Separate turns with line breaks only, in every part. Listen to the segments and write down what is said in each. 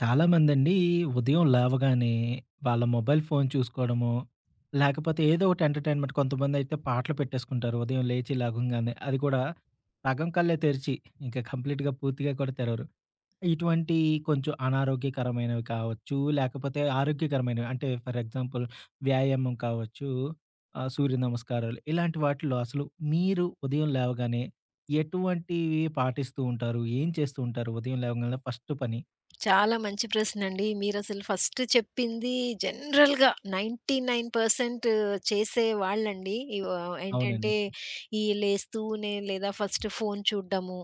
చాలామందండి ఉదయం లేవగానే వాళ్ళ మొబైల్ ఫోన్ చూసుకోవడము, లేకపోతే ఏదో ఒకటి ఎంటర్‌టైన్‌మెంట్, కొంతమందయితే పాటలు పెట్టేసుకుంటారు ఉదయం లేచి లెగంగానే. అది కూడా సగం కళ్ళే తెరిచి, ఇంకా కంప్లీట్‌గా పూర్తిగా కూడా తెరవరు. ఇటువంటి కొంచెం అనారోగ్యకరమైనవి కావచ్చు, లేకపోతే ఆరోగ్యకరమైనవి అంటే ఫర్ ఎగ్జాంపుల్ వ్యాయామం కావచ్చు, సూర్య నమస్కారాలు, ఇలాంటి వాటిల్లో అసలు మీరు ఉదయం లేవగానే ఎటువంటివి పాటిస్తూ ఉంటారు? ఏం చేస్తూ ఉంటారు ఉదయం లేవగానే ఫస్ట్ పని?
చాలా మంచి ప్రశ్నండి. మీరసలు ఫస్ట్ చెప్పింది జనరల్‌గా 99% చేసే వాళ్ళండి.
అవునండి.
ఏంటంటే, ఈ లేస్తూనే లేదా ఫస్ట్ ఫోను చూడ్డము,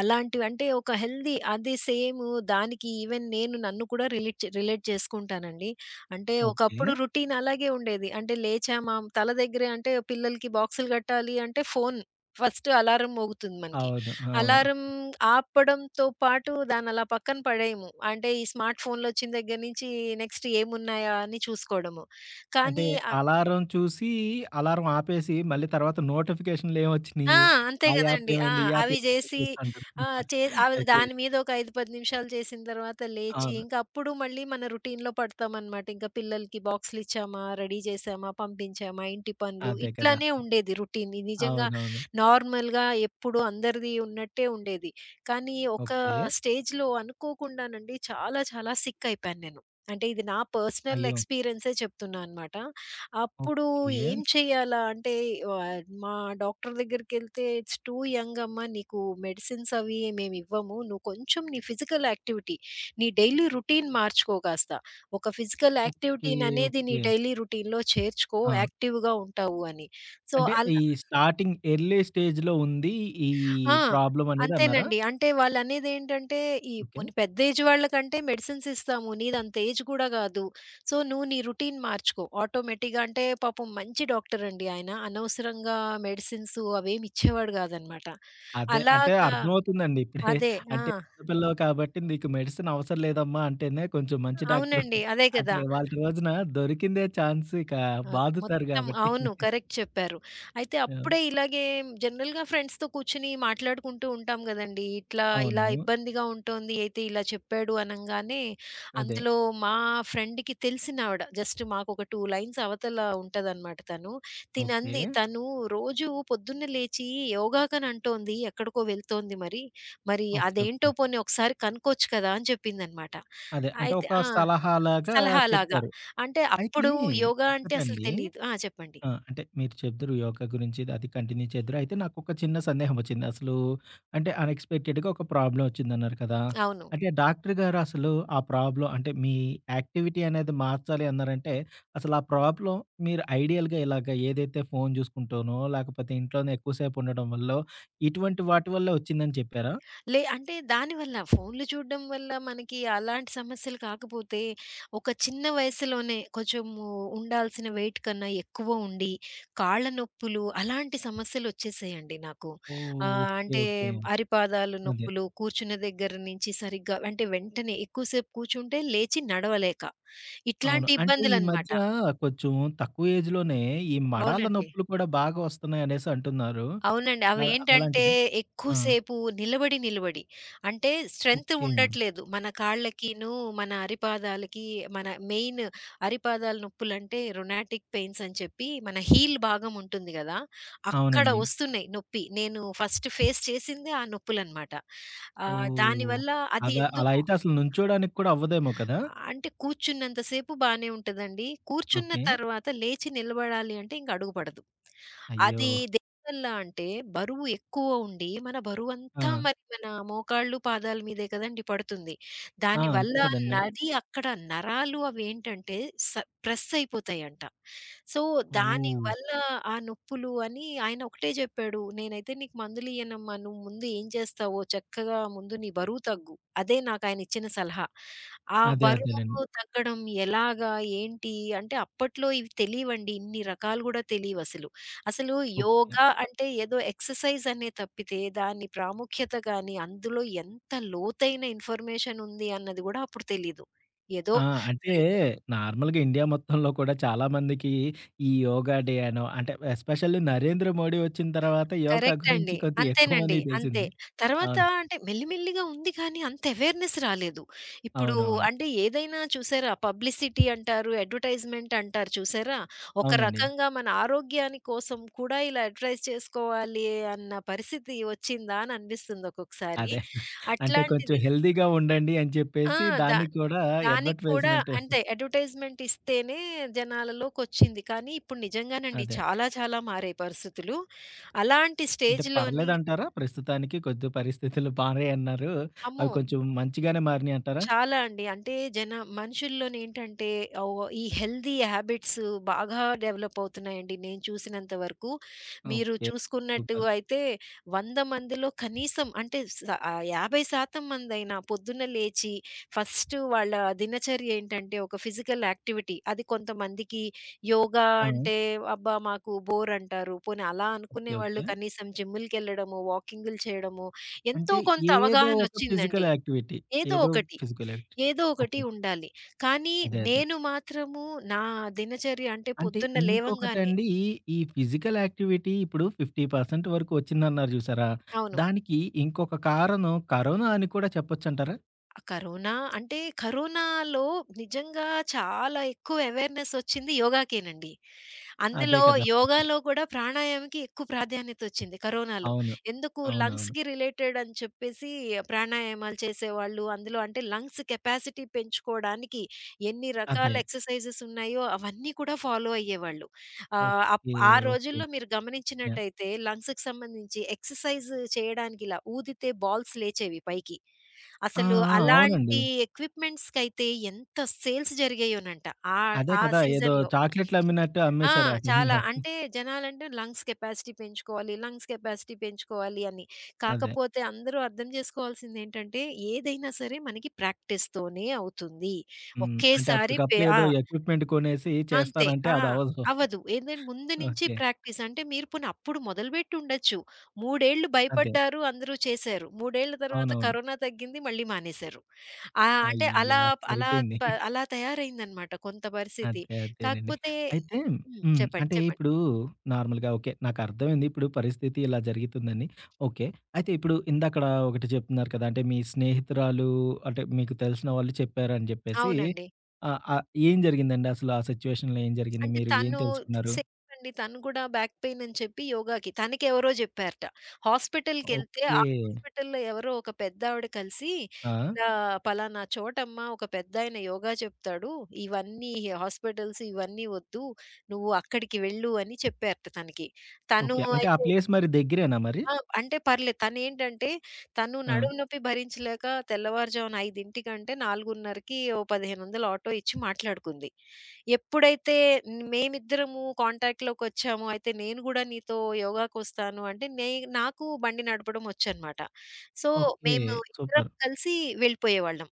అలాంటివి అంటే ఒక హెల్తీ అది సేము దానికి ఈవెన్ నేను నన్ను కూడా రిలేట్ రిలేట్ చేసుకుంటానండి. అంటే
ఓకే.
ఒకప్పుడు రొటీన్ అలాగే ఉండేది. అంటే లేచామా తల దగ్గరే అంటే పిల్లలకి బాక్సులు కట్టాలి అంటే ఫోను. ఫస్ట్ అలారం మోగుతుంది మనకి.
అవును, అవును.
అలారం ఆపడంతో పాటు దాన్నలా పక్కన పడేయము. అంటే ఈ స్మార్ట్ ఫోన్‌లొచ్చిన దగ్గర నుంచి నెక్స్ట్ ఏమున్నాయా అని చూసుకోవడము.
అంటే
కానీ
అలారం చూసి, అలారం ఆపేసి, మళ్ళీ తర్వాత
ఆ!
నోటిఫికేషన్‌లేమొచ్చినియి,
అంతే
ఆ యాప్
గదండీ. ఆ!
ఏమైంది? ఈ యాప్
అవి
ఏమైంది? అని
జేసి
చూస్తా ఉంటారు.
ఆహ్, చే అవి
ఓకే.
దాని మీద ఒక 5, 10 నిమిషాలు చేసిన తర్వాత లేచి,
అవును.
ఇంకప్పుడు మళ్ళీ మన రొటీన్‌లో పడతామనమాట. ఇంక పిల్లలకి బాక్సులిచ్చామా, రెడీ చేశామా, పంపించామా, ఇంటి పనులు
అదే కదా!
ఇట్లానే ఉండేది రొటీన్. ఇది నిజంగా
అవునవును.
నార్మల్‌గా ఎప్పుడు అందరిది ఉన్నట్టే ఉండేది. కానీ ఒక
ఓకే.
స్టేజ్‌లో అనుకోకుండానండి చాలా చాలా సిక్కయిపోయాను నేను. అంటే ఇది నా పర్సనల్
అయ్యో!
ఎక్స్‌పీరియన్సే చెప్తున్నా అనమాట. అప్పుడు
ఓకే,
ఏం చేయాలా అంటే మా డాక్టర్ దగ్గరికెళ్తే "ఇట్స్ టూ యంగ్ అమ్మా! నీకు మెడిసిన్స్ అవి మేమివ్వము. నువ్వు కొంచెం నీ ఫిజికల్ యాక్టివిటీ, నీ డైలీ రొటీన్ మార్చుకో కాస్త. ఒక ఫిజికల్
ఓకే,
యాక్టివిటీననేది నీ
ఓకే.
డైలీ రొటీన్‌లో చేర్చుకో
ఆ!
యాక్టివ్‌గా ఉంటావు" అని. సో
అంటే
అల్
ఈ స్టార్టింగ్ ఎర్లీ స్టేజ్‌లో ఉంది ఈ
ఆ!
ప్రాబ్లమ్ అనేది అన్నారా?
అంతేనండి. అంటే వాళ్ళనేదేంటంటే, ఈ
ఓకే.
పోనీ పెద్ద ఏజ్ వాళ్ళకంటే మెడిసిన్స్ ఇస్తాము. నీదంత ఏజ్ కూడా గాదు. సో, నువ్వు నీ రొటీన్ మార్చుకో. ఆటోమేటిక్‌గా అంటే పాపం మంచి డాక్టరండి ఆయన. అనవసరంగా మెడిసిన్స్ అవేమి ఇచ్చేవాడు గాదనమాట.
అదే. అంటే
అలాగా
అర్థమవుతుందండి ఇప్పుడే.
అదే. ఆ!
అంటే చిన్న పిల్లవి కాబట్టి నీకు మెడిసిన్ అవసరం లేదమ్మా అంటేనే కొంచెం మంచి డాక్టరు.
అవునండి. అదే
అంటే
కదా!
వాళ్ళటి రోజున దొరికిందే ఛాన్స్, ఇక
నాకు
బాదుతారు
మొత్తం
గాబట్టి.
అవును. కరెక్ట్ చెప్పారు. అయితే
ఆ!
అప్పుడే ఇలాగే జనరల్‌గా ఫ్రెండ్స్‌తో కూర్చొని మాట్లాడుకుంటూ ఉంటాం గదండీ! ఇట్లా
అవును.
ఇలా ఇబ్బందిగా ఉంటోంది. అయితే ఇలా చెప్పాడు అనంగానే
అదే.
అందులో మా ఫ్రెండ్‌కి తెలిసినావిడ జస్ట్ మాకొక 2 లైన్స్ అవతల ఉంటదనమాట తను.
ఓకే,
తినంది తను రోజు పొద్దున్నే లేచి యోగాకని అంటోంది. ఎక్కడికో వెళ్తోంది మరి. మరి
ఓకే, ఓకే.
అదేంటో పోనీ ఒకసారి కనుక్కోవచ్చు కదా! అని చెప్పిందనమాట.
అదే. అంటే
అయితే
ఒక
ఆ!
సలహాలాగా
సలహాలాగా.
చెప్పారు.
అంటే
అయితే
అప్పుడు యోగా అంటే అసలు
ఒక్కటండి,
తెలీదు. ఆ! చెప్పండి.
ఆ! అంటే మీరు చెప్దురు యోగా గురించి, అది కంటిన్యూ చేద్దురు. అయితే నాకొక చిన్న సందేహం వచ్చింది. అసలు అంటే అన్‌ఎక్స్‌పెక్టెడ్‌గా ఒక ప్రాబ్లమ్ వచ్చిందన్నారు కదా!
అవును.
అంటే డాక్టర్ గారు అసలు ఆ ప్రాబ్లమ్, అంటే మీ యాక్టివిటీ అనేది మార్చాలి అన్నారంటే, అసలు ఆ ప్రాబ్లమ్ మీరు ఐడియల్‌గా ఇలాగ ఏదైతే ఫోను చూసుకుంటానో, లేకపోతే ఇంట్లోనే ఎక్కువ సేపు ఉండడం వల్లో, ఇటువంటి వాటి వల్ల వచ్చిందని చెప్పారా?
అంటే దానివల్ల ఫోన్‌లు చూడడం వల్ల మనకి అలాంటి సమస్యలు కాకపోతే, ఒక చిన్న వయసులోనే కొంచెము ఉండాల్సిన వెయిట్ కన్నా ఎక్కువ ఉండి, కాళ్ళ నొప్పులు అలాంటి సమస్యలొచ్చేసాయండి నాకు.
ఓహ్! ఓకే,
అంటే
ఓకే.
అరిపాదాలు
అదే.
నొప్పులు, కూర్చున్న దగ్గర నుంచి సరిగ్గా అంటే వెంటనే ఎక్కువ సేపు కూర్చుంటే లేచి నడవలేక.
అవును.
ఇట్లాంటి
అంటే ఈ
ఇబ్బందులనమాట.
మధ్య కొంచెం తక్కువ ఏజ్‌లోనే ఈ మడాల
అవునండి.
నొప్పులు కూడా బాగా వస్తున్నాయనేసి అంటున్నారు.
అవునండి.
అ
అవేంటంటే
అలాంటిదా?
ఎక్కువ
ఆ!
సేపు నిలబడి అంటే స్ట్రెంత్
ఓకే.
ఉండట్లేదు. మన కాళ్ళకిను, మన అరిపాదాలకి మన మెయిన్ అరిపాదాల నొప్పులంటే రొనాటిక్ పెయిన్స్ అని చెప్పి మన హీల్ భాగం ఉంటుంది గదా! అక్కడ
అవునండి.
వస్తున్నాయి నొప్పి. నేను ఫస్ట్ ఫేస్ చేసిందే ఆ నొప్పులనమాట.
ఓహ్!
దానివల్ల అది
అదా, అలా
ఎందుకు
అయితే అసలు నుంచోడానికి కూడా అవ్వదేమో కదా!
అంటే కూర్చున్నంత సేపు బానే ఉంటదండి. కూర్చున్న
ఓకే.
తర్వాత లేచి నిలబడాలి అంటే ఇంక అడుగు పడదు.
అయ్యో!
అది దేనివల్ల అంటే బరువు ఎక్కువ ఉండి మన బరువంతా
ఆ!
మరి మన మోకాళ్ళు, పాదాల మీదే కదండీ పడుతుంది.
ఆ! అంతే
దానివల్ల
కదండీ.
నది అక్కడ నరాలు అవేంటంటే స ప్రెస్ అయిపోతాయంట. సో,
ఓహ్!
దానివల్ల ఆ నొప్పులు అని ఆయన ఒకటే జెప్పాడు. "నేనైతే నీకు మందులియ్యనమ్మా. నువ్వు ముందు ఏం చేస్తావో చక్కగా ముందు నీ బరువు తగ్గు." అదే నాకాయనిచ్చిన సలహా. ఆ
అదే అదేలెండి.
బరువు తగ్గడం ఎలాగా? ఏంటి? అంటే అప్పట్లో ఇవి తెలీవండి. ఇన్ని రకాలు గూడా తెలీవసలు. అసలు అసలు
ఓకే.
యోగా అంటే ఏదో ఎక్సర్‌సైజ్ అనే తప్పితే దాని ప్రాముఖ్యత గాని, అందులో ఎంత లోతైన ఇన్ఫర్మేషన్ ఉంది అన్నది గూడా అప్పుడు తెలీదు. ఏదో
ఆ! అంటే
ఫ్రెండ్స్
నార్మల్‌గా ఇండియా మొత్తంలో కూడా చాలా మందికి ఈ యోగా డే అనో, అంటే ఎస్పెషల్లీ నరేంద్ర మోడీ వచ్చిన తర్వాత యోగా
కరెక్ట్ అండి.
గురించి కొంచెం ఎక్కువ
అంతేనండి.
మందికి
అంతే.
తెలిసింది.
తర్వాత
అవును.
అంటే మెల్లిమెల్లిగా ఉంది కానీ అంత అవేర్‌నెస్ రాలేదు. ఇప్పుడు
అవునవును.
అంటే ఏదైనా చూసారా పబ్లిసిటీ అంటారు, అడ్వర్టైజ్‌మెంట్ అంటారు చూసారా? ఒక
అవునండి.
రకంగా మన ఆరోగ్యాని కోసం కూడా ఇలా అడ్వర్టైజ్ చేసుకోవాలి అన్న పరిస్థితి వచ్చిందా అని అనిపిస్తుంది ఒక్కొక్కసారి.
అదే. అంటే కొంచెం
అట్లాంటిది
హెల్తీగా ఉండండి అని
ఆ!
చెప్పేసి
దా
దాన్ని కూడా
దానికి కూడా
అడ్వర్టైజ్‌మెంట్.
అంతే అడ్వర్టైజ్‌మెంట్ ఇస్తేనే జనాలలోకొచ్చింది. కానీ ఇప్పుడు నిజంగానండి
అదే.
చాలా చాలా మారాయి పరిస్థితులు. అలాంటి
అంటే
స్టేజ్‌లోని
పర్లేదంటారా? ప్రస్తుతానికి కొద్ది పరిస్థితులు బానే అన్నారు. అవి
అమ్మో!
కొంచెం మంచిగానే మారినియంటారా?
చాలా అండి. అంటే మనుషుల్లోనేంటంటే ఈ హెల్తీ హ్యాబిట్స్ బాగా డెవలప్ అవుతున్నాయండి నేను చూసినంత వరకు. మీరు
ఓకే.
చూసుకున్నట్టు
సూపర్.
అయితే 100 మందిలో కనీసం అంటే స 50% మందైనా పొద్దున్న లేచి ఫస్ట్ వాళ్ళ దినచర్య ఏంటంటే ఒక ఫిజికల్ యాక్టివిటీ. అది కొంతమందికి యోగా
ఆ!
అంటే అబ్బా! మాకు బోర్ అంటారు. పోనీ అలా
ఓకే,
అనుకునే వాళ్ళు
ఓకే.
కనీసం జిమ్ములకెళ్ళడము, వాకింగులు చేయడము ఎంతో
అంటే
కొంత
ఏదో ఒక ఫిజికల్
అవగాహనొచ్చిందండి.
యాక్టివిటీ.
ఏదో
ఏదో
ఒకటి.
Physical activity.
ఏదో ఒకటి
ఓకే.
ఉండాలి. కానీ
అదే, అదే.
నేను మాత్రము నా దినచర్య అంటే
అంటే
పొద్దున్న లేవంగానే
ఇంకొకటండి, ఈ ఫిజికల్ యాక్టివిటీ ఇప్పుడు 50% వరకు వచ్చిందన్నారు చూసారా?
అవును.
దానికి ఇంకొక కారణం కరోనా అని కూడా చెప్పొచ్చంటారా?
ఆ! కరోనా అంటే కరోనాలో నిజంగా చాలా ఎక్కువ అవేర్‌నెస్ ఒచ్చింది యోగాకేనండి.
అదే
అందులో
కదా!
యోగాలో గూడా ప్రాణాయామకి ఎక్కువ ప్రాధాన్యతొచ్చింది కరోనాలో.
అవును.
ఎందుకు
అవునవును.
లంగ్స్‌కి రిలేటెడ్ అని చెప్పేసి ప్రాణాయామాలు చేసేవాళ్ళు. అందులో అంటే లంగ్స్ కెపాసిటీ పెంచుకోవడానికి ఎన్ని రకాల
అదే.
ఎక్సర్‌సైజెస్ ఉన్నాయో అవన్నీ కూడా ఫాలో అయ్యేవాళ్ళు. ఆహ్, అప్
ఓకే.
ఆ
ఓకే.
రోజుల్లో మీరు
యాహ్!
గమనించినట్టయితే లంగ్స్‌కి సంబంధించి ఎక్సర్‌సైజ్ చేయడానికి ఇలా ఊదితే బాల్స్ లేచేవి పైకి.
ఆ!
అసలు
ఆ! అవునండి.
అలాంటి ఎక్విప్‌మెంట్స్‌కైతే ఎంత సేల్స్ జరిగాయోనంట.
అదే
ఆ
కదా! ఏదో
సీజన్‌లో.
చాక్లెట్‌లమ్మినట్టు
ఆ!
అమ్మేశారు ఆ
చాలా.
టైంలో.
అంటే జనాలంటే లంగ్స్ కెపాసిటీ పెంచుకోవాలి, లంగ్స్ కెపాసిటీ పెంచుకోవాలి అని.
అదే.
కాకపోతే అందరూ అర్థం చేసుకోవాల్సిందేంటంటే ఏదైనా సరే మనకి ప్రాక్టీస్‌తోనే అవుతుంది.
హ్మ్. అంటే
ఒకేసారి పే
అప్పటికప్పుడు
ఆ!
ఏదో ఎక్విప్‌మెంట్ కొనేసి
అంతే.
చేస్తానంటే
ఆ!
అది అవ్వదు.
అవ్వదు. ఏందంటే ముందు నుంచి
ఓకే.
ప్రాక్టీస్. అంటే మీరు పోనీ అప్పుడు మొదలుపెట్టి ఉండొచ్చు. 3 ఏళ్ళు
అదే.
భయపడ్డారు, అందరూ చేశారు. 3 ఏళ్ల తర్వాత
అవునవును.
కరోనా తగ్గింది, మళ్ళీ మానేశారు. ఆహ్, అంటే
అయ్యా!
అలా అలా
సరిపోయింది.
ప అలా తయారైందనమాట కొంత పరిస్థితి.
అదే అదేనండి.
కాకపోతే
అయితే
హ్మ్.
హ్మ్, అంటే
చెప్పండి.
ఇప్పుడు నార్మల్‌గా ఓకే, నాకర్థమైంది ఇప్పుడు పరిస్థితి ఇలా జరుగుతుందని. ఓకే. అయితే ఇప్పుడు ఇందాకడ ఒకటి చెప్తున్నారు కదా! అంటే మీ స్నేహితురాలు, అంటే మీకు తెలిసిన వాళ్ళు చెప్పారని జెప్పేసి,
అవునండి.
ఆహ్, ఆహ్, ఏం జరిగిందండి అసలు? ఆ సిట్యుయేషన్‌లో ఏం జరిగింది?
అంటే
మీరు ఏం
తను
తెలుసుకున్నారు?
సేమ్ అండి. తను కూడా బ్యాక్ పెయిన్ అని చెప్పి యోగాకి. తనకెవరో జెప్పారట. హాస్పిటల్‌కెళ్తే
ఓకే.
ఆ హాస్పిటల్‌లో ఎవరో ఒక పెద్దావిడ కలిసి,
ఆ!
"ఇలా పలానా చోటమ్మా ఒక పెద్దాయన యోగా చెప్తాడు. ఇవన్నీ హాస్పిటల్స్ ఇవన్నీ వద్దు. నువ్వు అక్కడికి వెళ్ళు" అని చెప్పారట తనకి. తను
ఓకే. అంటే ఆ
అయితే
ప్లేస్ మరి దగ్గరేనా మరి?
ఆ! అంటే పర్లేదు. తనేంటంటే తను
ఆ!
నడుము నొప్పి భరించలేక తెల్లవారుజామున 5:00కి నాలుగున్నరకి ఓ 1500 ఆటో ఇచ్చి మాట్లాడుకుంది. ఎప్పుడైతే మేమిద్దరము కాంటాక్ట్‌లోకొచ్చామో, అయితే నేను గూడా నీతో యోగాకొస్తాను అంటే, నాకు బండి నడపడం ఒచ్చనమాట. So,
okay.
మేము ఇద్దరం
సూపర్.
కలిసి వెళ్ళిపోయేవాళ్ళం.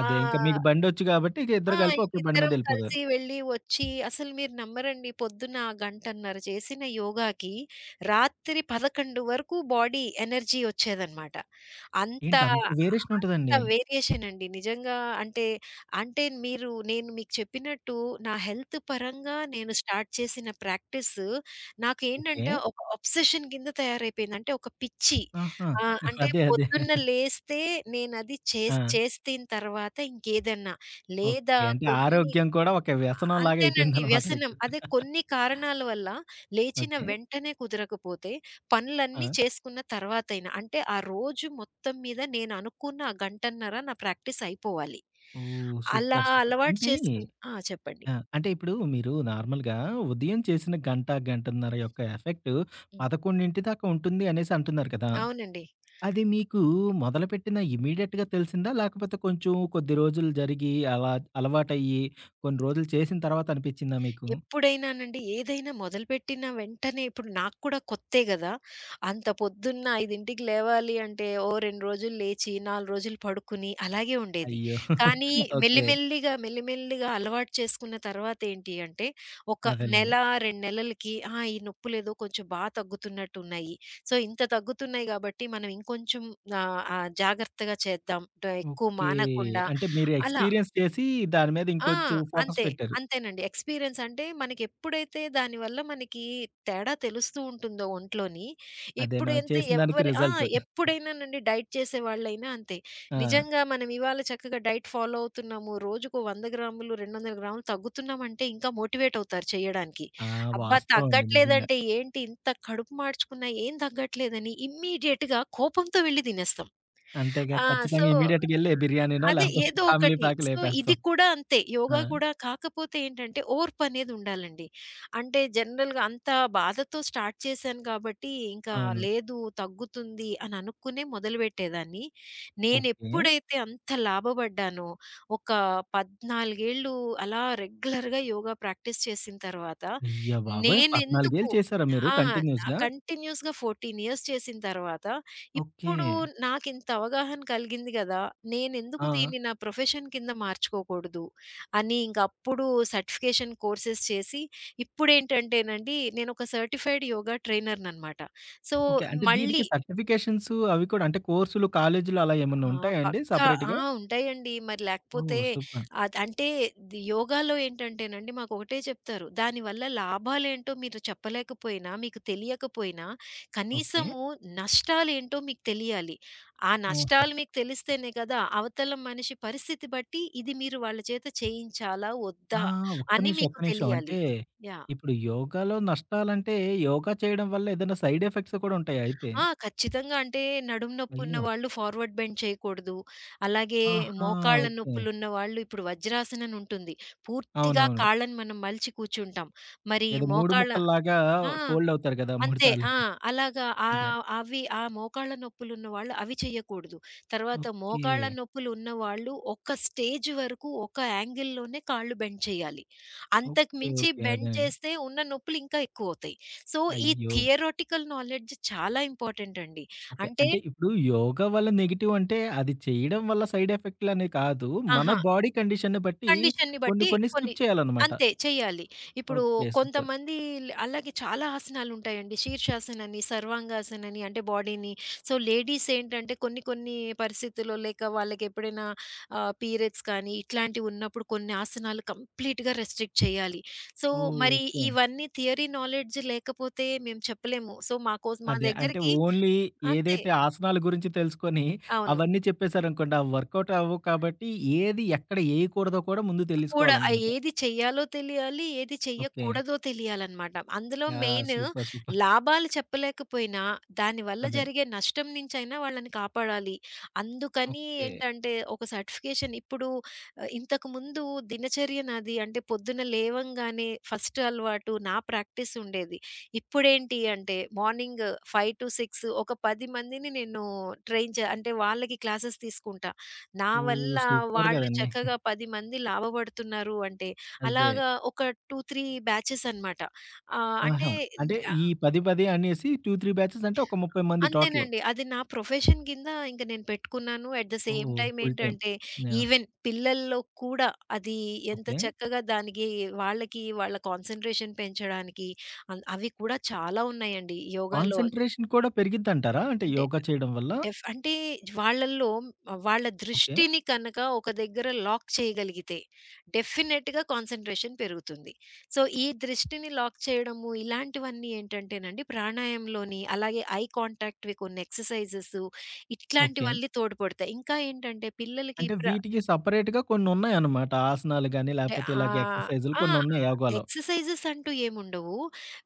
అదే, ఇంకా
ఆహ్
మీకు బండొచ్చు గాబట్టి ఇక
ఆ!
ఇద్దరు కలిపి ఒకే బండి
ఇంకిద్దరం
మీదెళ్ళిపోయారు.
కలిసి వెళ్ళి, వచ్చి అసలు మీరు నమ్మరండి పొద్దున్న గంటన్నర చేసిన యోగాకి రాత్రి 11 వరకు బాడీ ఎనర్జీ వచ్చేదనమాట. అంత
ఏంటి, అంత వేరియేషన్ ఉంటదండి?
అంత వేరియేషన్ అండి. నిజంగా అంటే, అంటే మీరు నేను మీకు చెప్పినట్టు నా హెల్త్ పరంగా నేను స్టార్ట్ చేసిన ప్రాక్టీస్
ఓకే.
నాకేంటంటే ఒక అబ్సెషన్ కింద తయారైపోయింది. అంటే ఒక పిచ్చి.
ఆహా!
అంటే
అదే, అదే.
పొద్దున్న లేస్తే నేనది
ఆ!
చేసిన తర్వాత ఇంకేదన్నా లేదా
ఓకే. అంటే
కొన్ని
ఆరోగ్యం కూడా ఒక వ్యసనంలాగా
అంతేనండి
అయిపోయిందనమాట మీకు.
వ్యసనం. అదే కొన్ని కారణాల వల్ల లేచిన
ఓకే.
వెంటనే కుదరకపోతే
ఆ!
పనులన్నీ చేసుకున్న తర్వాతైనా అంటే ఆ రోజు మొత్తం మీద నేను అనుకున్న ఆ గంటన్నర నా ప్రాక్టీస్ అయిపోవాలి.
ఓహ్!
అలా
సూపర్, సూపర్.
అలవాటు
అంటే
చేసుకుని ఆ! చెప్పండి.
ఆ! అంటే ఇప్పుడు మీరు నార్మల్‌గా ఉదయం చేసిన గంట, గంటన్నర యొక్క ఎఫెక్ట్
హ్మ్.
11 దాకా ఉంటుంది అనేసి అంటున్నారు కదా!
అవునండి.
అది మీకు మొదలుపెట్టిన ఇమ్మీడియేట్‌గా తెలిసిందా? లేకపోతే కొంచెం కొద్ది రోజులు జరిగి అలా అలవాటయ్యి కొన్ని రోజులు చేసిన తర్వాత అనిపిచ్చిందా మీకు?
ఎప్పుడైనానండి ఏదైనా మొదలుపెట్టిన వెంటనే ఇప్పుడు నాకు కూడా కొత్తే గదా! అంత పొద్దున్న 5కి లేవాలి అంటే ఓ 2 రోజులు లేచి, 4 రోజులు పడుకుని అలాగే ఉండేది.
అయ్యో!
కానీ
ఓకే.
మెల్లిమెల్లిగా, మెల్లిమెల్లిగా అలవాటు చేసుకున్న తర్వాత ఏంటి అంటే ఒక
అదేలెండి.
నెల, 2 నెలలకి ఆ! ఈ నొప్పులేదో కొంచెం తగ్గుతున్నట్టున్నాయి. సో, ఇంత తగ్గుతున్నాయి గాబట్టి మనం ఇంకొంచెం ఆహ్, ఆహ్, జాగ్రత్తగా చేద్దాం. ఎక్కువ
ఓకే.
మానకుండా
అంటే మీరు
అలా.
ఎక్స్‌పీరియన్స్ చేసి దాని మీద
ఆ!
ఇంకొంచెం ఫోకస్
అంతే.
పెట్టారు.
అంతేనండి. ఎక్స్‌పీరియన్స్ అంటే మనకెప్పుడైతే దానివల్ల మనకి తేడా తెలుస్తూ ఉంటుందో ఒంట్లోని,
అదే,
ఇప్పుడు
మనం
ఎంత
చేసిన దానికి
ఎవ్వరి ఆ!
రిజల్ట్.
ఎప్పుడైనానండి డైట్ చేసేవాళ్ళైనా అంతే.
ఆ!
నిజంగా మనం ఇవాళ చక్కగా డైట్ ఫాలో అవుతున్నాము. రోజుకు 100 గ్రాములు, 200 గ్రాములు తగ్గుతున్నామంటే ఇంకా మోటివేట్ అవుతారు చేయడానికి.
ఆ!
అబ్బా!
వాస్తవం అండి నిజంగా.
తగ్గట్లేదంటే ఏంటి ఇంత కడుపు మార్చుకున్నా ఏం తగ్గట్లేదని ఇమ్మీడియేట్‌గా కోపంతో వెళ్లి తినేస్తాం.
అంతేగా,
ఆ! సో,
ఖచ్చితంగా ఇమ్మీడియేట్‌గెళ్ళి బిర్యానీనో
అదే
లేకపోతే
ఏదో
ఫ్యామిలీ
ఒకటి.
ప్యాకో
సో, ఇది
లేపేస్తాం.
కూడా అంతే.
ఆ!
యోగా కూడా కాకపోతే ఏంటంటే ఓర్పనేదుండాలండి. అంటే జనరల్‌గా అంత బాధతో స్టార్ట్ చేశాను కాబట్టి, ఇంకా
అవును.
లేదు తగ్గుతుంది అని అనుకునే మొదలుపెట్టేదాన్ని.
ఓకే.
నేనెప్పుడైతే అంత లాభపడ్డానో, ఒక 14 ఏళ్ళు అలా రెగ్యులర్‌గా యోగా ప్రాక్టీస్ చేసిన తర్వాత,
అయ్య బాబోయ్! 14 ఏళ్ళు
నేనెందుకు
చేసారా మీరు
ఆ!
కంటిన్యూస్‌గా?
కంటిన్యూయస్‌గా 14 ఇయర్స్ చేసిన తర్వాత
ఓకే.
అప్పుడు నాకింత అవగాహన కలిగింది గదా! నేనెందుకు
ఆ!
దీన్ని నా ప్రొఫెషన్ కింద మార్చుకోకూడదు అని ఇంక అప్పుడు సర్టిఫికేషన్ కోర్సెస్ చేసి ఇప్పుడేంటంటేనండి నేనొక సర్టిఫైడ్ యోగా ట్రైనర్‌ననమాట. So,
okay. అంటే దీనికి
మళ్ళీ
సర్టిఫికేషన్స్ అవి కూడా, అంటే కోర్సులు, కాలేజీలు అలా ఏమన్నా
ఆ!
ఉంటాయా అండి
పక్కా. ఆ!
సెపరేట్‌గా?
ఉంటాయండి. మరి లేకపోతే
ఓహ్! సూపర్.
అంటే యోగాలో ఏంటంటేనండి మాకొకటే చెప్తారు. దానివల్ల లాభాలేంటో మీరు చెప్పలేకపోయినా, మీకు తెలియకపోయినా
ఓకే.
కనీసము నష్టాలేంటో మీకు తెలియాలి. ఆ
ఆ!
నష్టాలు మీకు తెలిస్తేనే కదా! అవతల మనిషి పరిస్థితి బట్టి ఇది మీరు వాళ్ళ చేత చేయించాలా?
ఆ!
వద్దా?
ఒక్క
అని
నిమిషం,
మీకు
ఒక్క నిమిషం.
తెలియాలి.
అంటే
యాహ్!
ఇప్పుడు యోగాలో నష్టాలంటే యోగా చేయడం వల్ల ఏదైనా సైడ్ ఎఫెక్ట్స్ కూడా ఉంటాయా అయితే?
ఆ! ఖచ్చితంగా. అంటే నడుము నొప్పున్న
అయ్యో!
వాళ్ళు ఫార్వర్డ్ బెండ్ చేయకూడదు. అలాగే
ఆహా!
మోకాళ్ళ
ఓకే.
నొప్పులున్న వాళ్ళు ఇప్పుడు వజ్రాసనం అని ఉంటుంది. పూర్తిగా
అవునవును.
కాళ్ళని మనం మలిచి కూర్చుంటాం. మరి
ఏదో మూడు
మోకాళ్ళ
ముక్కల్లాగా
ఆ!
ఫోల్డ్ అవుతారు కదా! 3
అంతే.
సార్లు.
ఆ! అలాగా
అదే.
అవి ఆ మోకాళ్ళ నొప్పులున్న వాళ్ళు అవి చెయ్యకూడదు. తర్వాత
ఓకే,
మోకాళ్ళ నొప్పులు ఉన్నవాళ్ళు ఒక స్టేజ్ వరకు ఒక యాంగిల్‌లోనే కాళ్ళు బెండ్ చేయాలి. అంతకు
ఓకే,
మించి
ఓకే.
బెండ్
అదేనండి.
చేస్తే ఉన్న నొప్పులు ఇంకా ఎక్కువవుతాయి. సో, ఈ
అయ్యో!
థియరాటికల్ నాలెడ్జ్ చాలా ఇంపార్టెంట్ అండి.
ఓకే.
అంటే
అంటే ఇప్పుడు యోగా వల్ల నెగెటివ్, అంటే అది చేయడం వల్ల సైడ్ ఎఫెక్ట్‌లనే కాదు. మన
ఆహా!
బాడీ కండిషన్‌ని బట్టి
కండిషన్‌ని
కొన్ని
బట్టి
కొన్ని
కొన్ని
స్కిప్ చేయాలన్నమాట.
అంతే చెయ్యాలి. ఇప్పుడు
ఓకే. సూపర్.
కొంతమంది అలాగే చాలా ఆసనాలుంటాయండి. శీర్షాసనని, సర్వాంగాసనని అంటే బాడీని సో, లేడీస్ ఏంటంటే కొన్ని కొన్ని పరిస్థితుల్లో లేక వాళ్ళకెప్పుడైనా పీరియడ్స్ కానీ ఇట్లాంటివున్నప్పుడు కొన్ని ఆసనాలు కంప్లీట్‌గా రెస్ట్రిక్ట్ చేయాలి. సో,
ఓహ్!
మరి
ఓకే.
ఇవన్నీ థియరీ నాలెడ్జ్ లేకపోతే మేము చెప్పలేము. సో, మాకోసం మా
అదే. అంటే
దగ్గరికి
ఓన్లీ
అంతే.
ఏదైతే ఆసనాల గురించి తెలుసుకొని,
అవును.
అవన్నీ చెప్పేసారనుకోండి, అవి వర్కౌట్ అవ్వవు కాబట్టి, ఏది ఎక్కడ ఏయకూడదో కూడా ముందు
కూడా ఆ
తెలుసుకోవాలనమాట.
ఏది చెయ్యాలో తెలియాలి. ఏది
ఓకే.
చెయ్యకూడదో తెలియాలనమాట. అందులో
యాహ్!
Main
super, super.
లాభాలు చెప్పలేకపోయినా, దానివల్ల
అదే.
జరిగే నష్టం నుంచైనా వాళ్ళని కాపాడాలి. అందుకని
ఓకే.
ఏంటంటే, ఒక సర్టిఫికేషన్ ఇప్పుడు ఇంతకుముందు దినచర్య నాది అంటే పొద్దున లేవంగానే ఫస్ట్ అలవాటు నా ప్రాక్టీస్ ఉండేది. ఇప్పుడేంటి అంటే మార్నింగ్ 5-6 ఒక 10 మందిని నేను ట్రైన్ చే అంటే వాళ్ళకి క్లాసెస్ తీసుకుంటాను. నా
ఓహ్!
వల్ల
సూపర్
వాళ్ళు
గదండీ!
చక్కగా 10 మంది లాభపడుతున్నారు అంటే,
అదే.
అలాగా ఒక 2, 3 బ్యాచెస్ అనమాట. ఆహ్, అంటే
ఆహా! అంటే ఈ
ఆహ్,
10, 10 అనేసి 2, 3 బ్యాచెస్ అంటే ఒక 30 మంది టోటల్.
అంతేనండి. అది నా ప్రొఫెషన్ కింద ఇంక నేను పెట్టుకున్నాను. At the same
oh!
Time
full time.
ఏంటంటే,
యాహ్!
ఈవెన్ పిల్లల్లో కూడా అది ఎంత
ఓకే.
చక్కగా దానికి వాళ్ళకి వాళ్ళ కాన్సంట్రేషన్ పెంచడానికి అవి కూడా చాలా ఉన్నాయండి యోగాలో.
కాన్సంట్రేషన్ కూడా పెరిగిద్దంటారా? అంటే
అంటే
యోగా చేయడం వల్ల?
అంటే వాళ్ళల్లో వాళ్ళ
ఓకే,
దృష్టిని కనుక ఒక దగ్గర లాక్ చేయగలిగితే డెఫినెట్‌గా కాన్సంట్రేషన్ పెరుగుతుంది. సో, ఈ దృష్టిని లాక్ చేయడము ఇలాంటివన్నీ ఏంటంటేనండి ప్రాణాయామలోని అలాగే ఐ కాంటాక్ట్‌వి కొన్ని ఎక్సర్‌సైజెస్
ఓకే.
ఇట్లాంటివన్నీ తోడ్పడతాయి. ఇంకా ఏంటంటే పిల్లలకి
అంటే
ప్ర
వీటికి సెపరేట్‌గా కొన్నున్నాయన్నమాట. ఆసనాలు గాని,
అంటే
లేపోతే ఇలాగ
ఆహ్,
ఎక్సర్‌సైజులు
ఆ!
కొన్నున్నాయి యోగాలో.
ఎక్సర్‌సైజెస్ అంటూ ఏముండవు.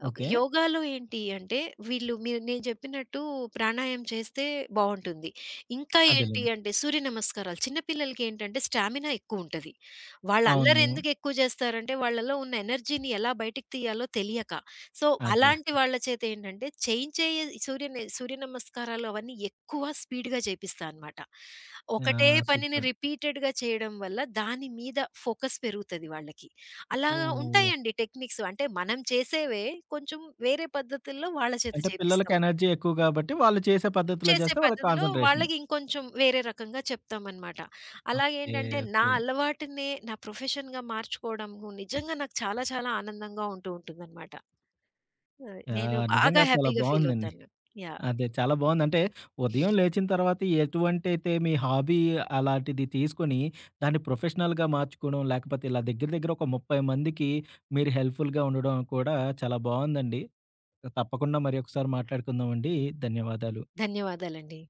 ఒక
ఓకే.
యోగాలో ఏంటి అంటే వీళ్ళు మీరు నేను చెప్పినట్టు ప్రాణాయామం చేస్తే బావుంటుంది. ఇంకా ఏంటి
అదేలెండి.
అంటే సూర్య నమస్కారాలు చిన్న పిల్లలకి ఏంటంటే స్టామినా ఎక్కువుంటది. వాళ్ళు అల్లరి
అవును.
ఎందుకు ఎక్కువ చేస్తారంటే వాళ్ళలో ఉన్న ఎనర్జీని ఎలా బయటికి తీయాలో తెలియక. సో,
అదే.
అలాంటి వాళ్ళ చేత ఏంటంటే చేయించే సూర్య సూర్య నమస్కారాలు అవన్నీ ఎక్కువ స్పీడ్‌గా చేపిస్తా అనమాట.
ఆ!
ఒకటే పనిని
సూపర్.
రిపీటెడ్‌గా చేయడం వల్ల దాని మీద ఫోకస్ పెరుగుతది వాళ్ళకి. అలా
ఓహ్!
ఉంటాయండి టెక్నిక్స్. అంటే మనం చేసేవే కొంచెం వేరే పద్ధతుల్లో వాళ్ళ చేత
అంటే పిల్లలకి
చేపిస్తాం.
ఎనర్జీ ఎక్కువ గాబట్టి, వాళ్ళు చేసే పద్ధతిలో
చేసే
జేస్తే వాళ్ళకి
పద్ధతిలో
కాన్సంట్రేషన్.
వాళ్ళకి ఇంకొంచెం వేరే రకంగా చెప్తామనమాట.
ఓకే,
అలాగేంటంటే నా
ఓకే.
అలవాటునే నా ప్రొఫెషన్‌గా మార్చుకోవడము నిజంగా నాకు చాలా చాలా ఆనందంగా ఉంటూ ఉంటుందనమాట. నేను
యాహ్!
బాగా
నిజంగా చాలా
హ్యాపీగా ఫీల్
బావుందండి.
అవుతాను. యాహ్!
అదే, చాలా బావుంది. అంటే ఉదయం లేచిన తర్వాత ఎటువంటైతే మీ హాబీ అలాంటిది తీసుకొని దాన్ని ప్రొఫెషనల్‌గా మార్చుకోవడం, లేకపోతే ఇలా దగ్గర దగ్గర ఒక 30 మందికి మీరు హెల్ప్‌ఫుల్‌గా ఉండడం కూడా చాలా బావుందండి. తప్పకుండా మరి ఒకసారి మాట్లాడుకుందామండి. ధన్యవాదాలు.
ధన్యవాదాలండి.